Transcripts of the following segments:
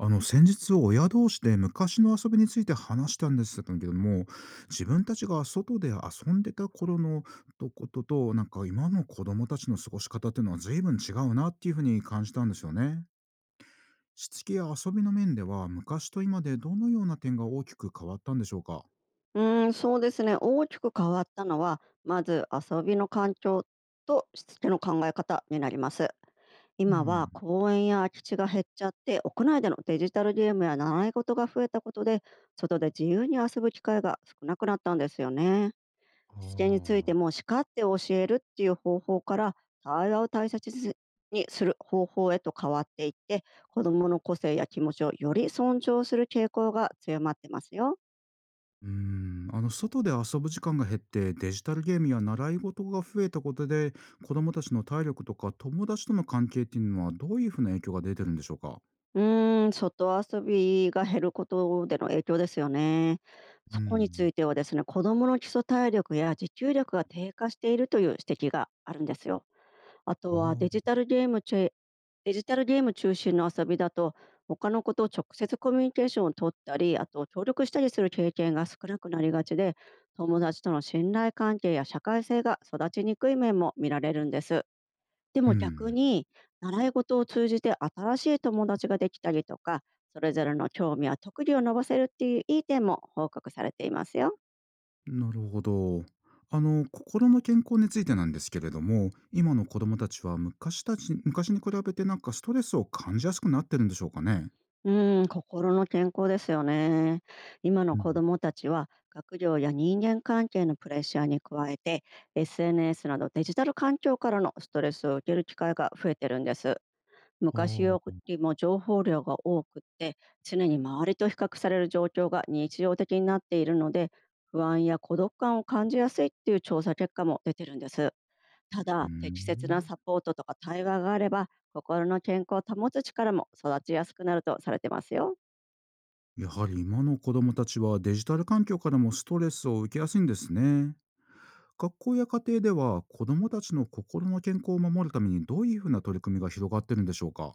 先日、親同士で昔の遊びについて話したんですけども、自分たちが外で遊んでた頃のとこととなんか今の子供たちの過ごし方っていうのは随分違うなっていうふうに感じたんですよね。しつきや遊びの面では、昔と今でどのような点が大きく変わったんでしょうか？そうですね。大きく変わったのは、まず遊びの環境としつけの考え方になります。う今はん。公園や空き地が減っちゃって、屋内でのデジタルゲームや習い事が増えたことで、外で自由に遊ぶ機会が少なくなったんですよね。あしつけについてあ。も叱って教えるっていう方法から、対話を大切にする方法へと変わっていって、子どもの個性や気持ちをより尊重する傾向が強まってますよ。うーん、外で遊ぶ時間が減って、デジタルゲームや習い事が増えたことで、子どもたちの体力とか友達との関係っていうのは、どういうふうな影響が出てるんでしょうか？外遊びが減ることでの影響ですよね。うそこにつん。いてはですね、子どもの基礎体力や持久力が低下しているという指摘があるんですよ。あとははあ。デジタルゲーム中心の遊びだと、他の子と直接コミュニケーションを取ったり、あと協力したりする経験が少なくなりがちで、友達との信頼関係や社会性が育ちにくい面も見られるんです。でうも逆ん、に、習い事を通じて新しい友達ができたりとか、それぞれの興味や特技を伸ばせるっていういい点も報告されていますよ。なるほど。心の健康についてなんですけれども、今の子どもたちは昔たち昔に比べてなんかストレスを感じやすくなってるんでしょうかね？うん、心の健康ですよね。今のう子ん。どもたちは学業や人間関係のプレッシャーに加えて SNS などデジタル環境からのストレスを受ける機会が増えてるんです。昔よあ。りも情報量が多くって常に周りと比較される状況が日常的になっているので、不安や孤独感を感じやすいっていう調査結果も出てるんです。たうーだ、適切なん、サポートとか対話があれば心の健康を保つ力も育ちやすくなるとされてますよ。やはり今の子どもたちはデジタル環境からもストレスを受けやすいんですね。学校や家庭では、子どもたちの心の健康を守るためにどういうふうな取り組みが広がってるんでしょうか？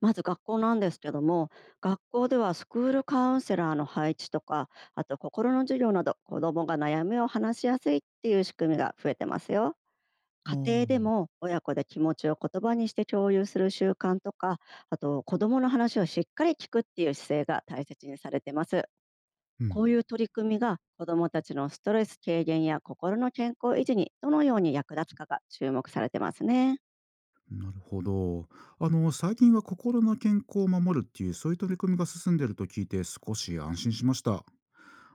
まず学校なんですけども、学校ではスクールカウンセラーの配置とか、あと心の授業など子どもが悩みを話しやすいっていう仕組みが増えてますよ。あ家庭であ。も親子で気持ちを言葉にして共有する習慣とか、あと子どもの話をしっかり聞くっていう姿勢が大切にされてます。うん、こういう取り組みが子どもたちのストレス軽減や心の健康維持にどのように役立つかが注目されてますね。なるほど。最近は心の健康を守るっていうそういう取り組みが進んでると聞いて、少し安心しました。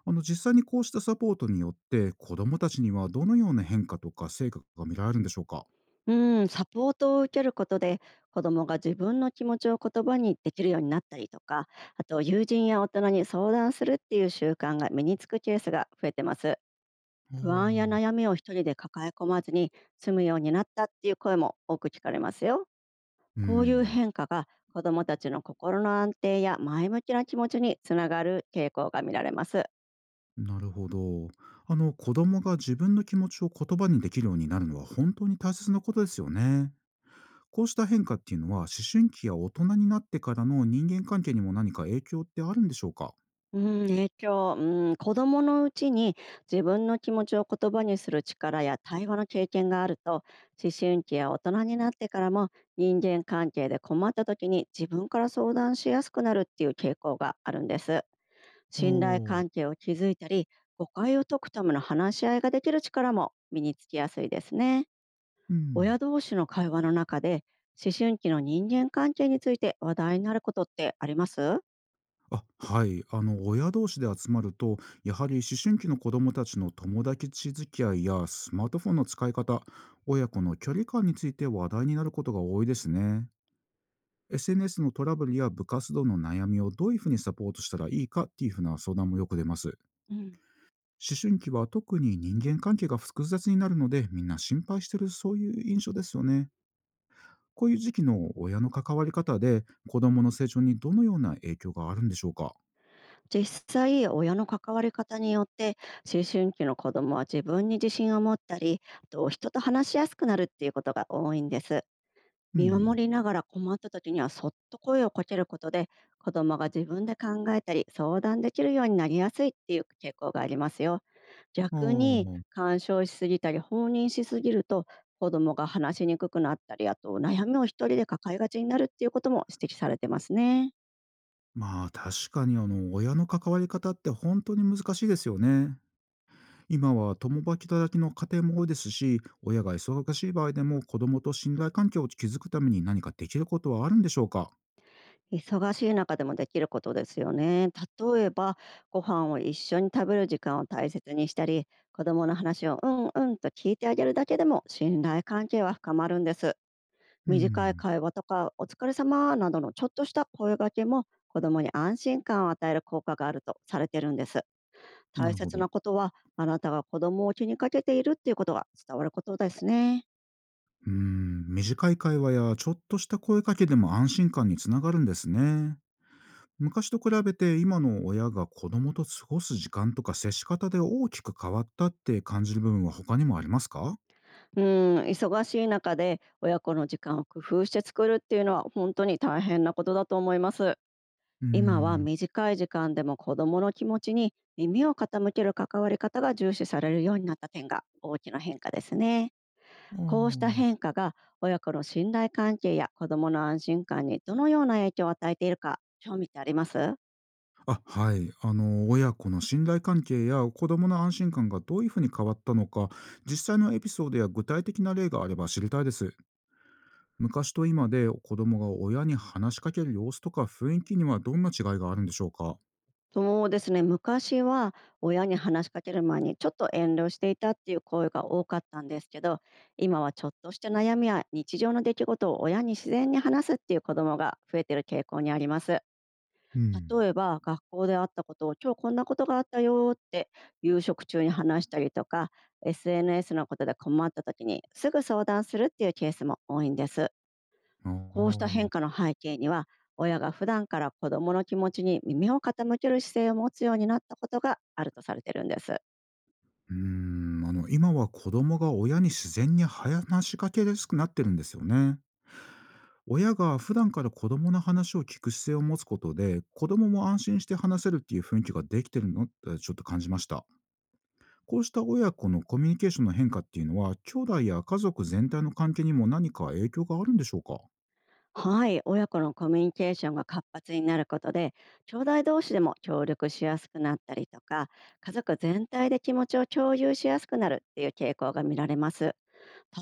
実際にこうしたサポートによって、子どもたちにはどのような変化とか成果が見られるんでしょうか？うん、サポートを受けることで子どもが自分の気持ちを言葉にできるようになったりとか、あと友人や大人に相談するっていう習慣が身につくケースが増えてます。あ不安やあ。悩みを一人で抱え込まずに済むようになったっていう声も多く聞かれますよ。うこういうん、変化が子どもたちの心の安定や前向きな気持ちにつながる傾向が見られます。なるほど。子どもが自分の気持ちを言葉にできるようになるのは本当に大切なことですよね。こうした変化っていうのは、思春期や大人になってからの人間関係にも何か影響ってあるんでしょうか？う影響、子供のうちに自分の気持ちを言葉にする力や対話の経験があると、思春期や大人になってからも人間関係で困った時に自分から相談しやすくなるっていう傾向があるんです。あ信頼お。関係を築いたり、誤解を解くための話し合いができる力も身につきやすいですね。うん。親同士の会話の中で思春期の人間関係について話題になることってあります？あ、はい。親同士で集まると、やはり思春期の子供たちの友達付き合いやスマートフォンの使い方、親子の距離感について話題になることが多いですね。SNS のトラブルや部活動の悩みをどういうふうにサポートしたらいいかっていうふうな相談もよく出ます。うん思春期は特に人間関係が複雑になるので、みんな心配してる、そういう印象ですよね。こういう時期の親の関わり方で、子供の成長にどのような影響があるんでしょうか？実際、親の関わり方によって思春期の子どもは自分に自信を持ったり、あと人と話しやすくなるっていうことが多いんです。う見ん。守りながら困った時にはそっと声をかけることで、子どもが自分で考えたり相談できるようになりやすいっていう傾向がありますよ。あ逆あ、に干渉しすぎたり放任しすぎると、子どもが話しにくくなったり、あと悩みを一人で抱えがちになるっていうことも指摘されてますね。まあ、確かに親の関わり方って本当に難しいですよね。今は共働きの家庭も多いですし、親が忙しい場合でも子供と信頼関係を築くために何かできることはあるんでしょうか？忙しい中でもできることですよね。例えば、ご飯を一緒に食べる時間を大切にしたり、子供の話をうんうんと聞いてあげるだけでも信頼関係は深まるんです。う短いん、会話とか、お疲れ様などのちょっとした声掛けも子供に安心感を与える効果があるとされてるんです。な大るほ切ど。なことは、あなたが子供を気にかけているっていうことが伝わることですね。うーん、短い会話やちょっとした声かけでも安心感につながるんですね。昔と比べて今の親が子供と過ごす時間とか接し方で大きく変わったって感じる部分は他にもありますか？忙しい中で親子の時間を工夫して作るっていうのは本当に大変なことだと思います。うー今はん、短い時間でも子どもの気持ちに耳を傾ける関わり方が重視されるようになった点が大きな変化ですね。こうしたあ変化が親子の信頼関係や子どもの安心感にどのような影響を与えているか興味ってあります？あ。あ、はい。親子の信頼関係や子供の安心感がどういうふうに変わったのか、実際のエピソードや具体的な例があれば知りたいです。昔と今で子供が親に話しかける様子とか雰囲気にはどんな違いがあるんでしょうか？そうですね、昔は親に話しかける前にちょっと遠慮していたっていう声が多かったんですけど、今はちょっとした悩みや日常の出来事を親に自然に話すっていう子どもが増えてる傾向にあります。うん。例えば、学校であったことを「今日こんなことがあったよー」って夕食中に話したりとか、 SNS のことで困った時にすぐ相談するっていうケースも多いんです。あこうした変あ、化の背景には、親が普段から子どもの気持ちに耳を傾ける姿勢を持つようになったことがあるとされてるんです。うーん、今は子供が親に自然に話しかけやすくなってるんですよね。親が普段から子供の話を聞く姿勢を持つことで、子供も安心して話せるっていう雰囲気ができてるのってちょっと感じました。こうした親子のコミュニケーションの変化っていうのは、兄弟や家族全体の関係にも何か影響があるんでしょうか？はい、親子のコミュニケーションが活発になることで、兄弟同士でも協力しやすくなったりとか、家族全体で気持ちを共有しやすくなるっていう傾向が見られます。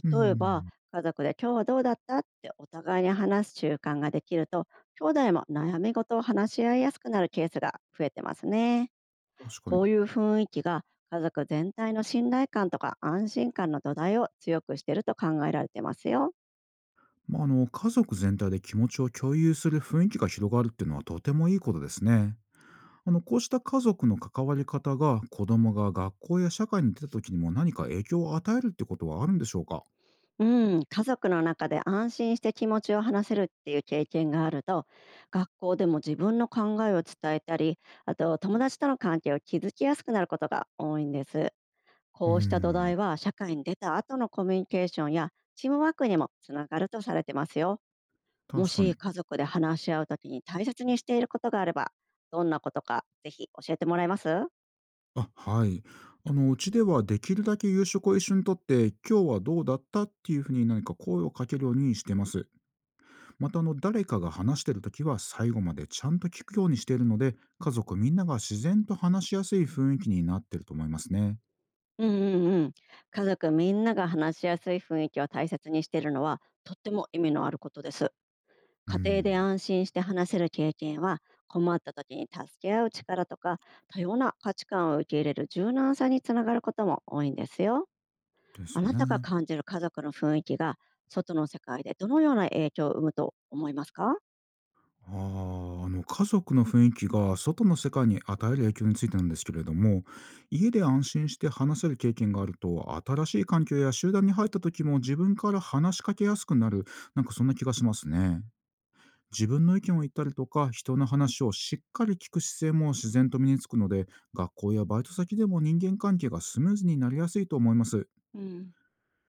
うー例えば、ん、家族で「今日はどうだった」ってお互いに話す習慣ができると、兄弟も悩み事を話し合いやすくなるケースが増えてますね。確かに。こういう雰囲気が家族全体の信頼感とか安心感の土台を強くしていると考えられてますよ。まあ、家族全体で気持ちを共有する雰囲気が広がるっていうのはとてもいいことですね。こうした家族の関わり方が、子供が学校や社会に出た時にも何か影響を与えるってことはあるんでしょうか？うん、家族の中で安心して気持ちを話せるっていう経験があると、学校でも自分の考えを伝えたり、あと友達との関係を築きやすくなることが多いんです。うーこうした土ん。台は社会に出た後のコミュニケーションやチームワークにもつながるとされてますよ。も確かしに。家族で話し合うときに大切にしていることがあれば、どんなことかぜひ教えてもらえます？あ、はい。うちではできるだけ夕食を一緒にとって、今日はどうだったっていうふうに何か声をかけるようにしてます。また、誰かが話してる時は最後までちゃんと聞くようにしているので、家族みんなが自然と話しやすい雰囲気になってると思いますね。うんうんうん。家族みんなが話しやすい雰囲気を大切にしているのは、とっても意味のあることです。うー家庭でん、安心して話せる経験は、困った時に助け合う力とか、多様な価値観を受け入れる柔軟さにつながることも多いんですよ。ですあよなたがね。感じる家族の雰囲気が、外の世界でどのような影響を生むと思いますか？家族の雰囲気が外の世界に与える影響についてなんですけれども、家で安心して話せる経験があると、新しい環境や集団に入った時も自分から話しかけやすくなる、なんかそんな気がしますね。自分の意見を言ったりとか、人の話をしっかり聞く姿勢も自然と身につくので、学校やバイト先でも人間関係がスムーズになりやすいと思います。うん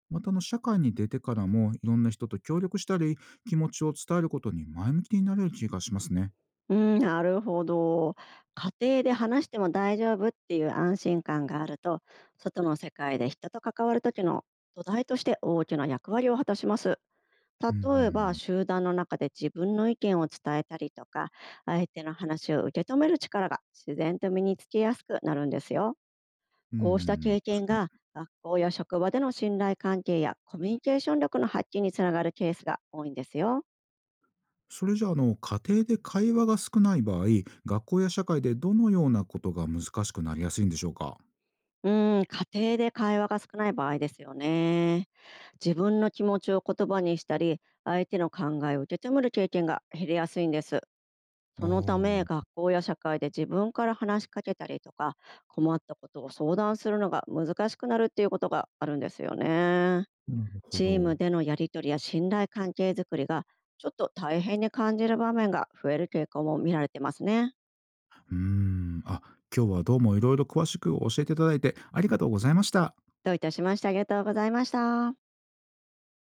また社会に出てからもいろんな人と協力したり、気持ちを伝えることに前向きになれる気がしますね。うん、なるほど。家庭で話しても大丈夫っていう安心感があると、外の世界で人と関わる時の土台として大きな役割を果たします。うんう例えば、ん、集団の中で自分の意見を伝えたりとか、相手の話を受け止める力が自然と身につきやすくなるんですよ。うーこうしたん、経験確かに。が学校や職場での信頼関係やコミュニケーション力の発揮につながるケースが多いんですよ。それじゃあ、家庭で会話が少ない場合、学校や社会でどのようなことが難しくなりやすいんでしょうか？うん、家庭で会話が少ない場合ですよね。自分の気持ちを言葉にしたり、相手の考えを受け止める経験が減りやすいんです。あそのため、あ。学校や社会で自分から話しかけたりとか、困ったことを相談するのが難しくなるっていうことがあるんですよね。なるほチーど。ムでのやり取りや信頼関係づくりが、ちょっと大変に感じる場面が増える傾向も見られてますね。うーん。あ、今日はどうもいろいろ詳しく教えていただいてありがとうございました。どういたしまして。ありがとうございました。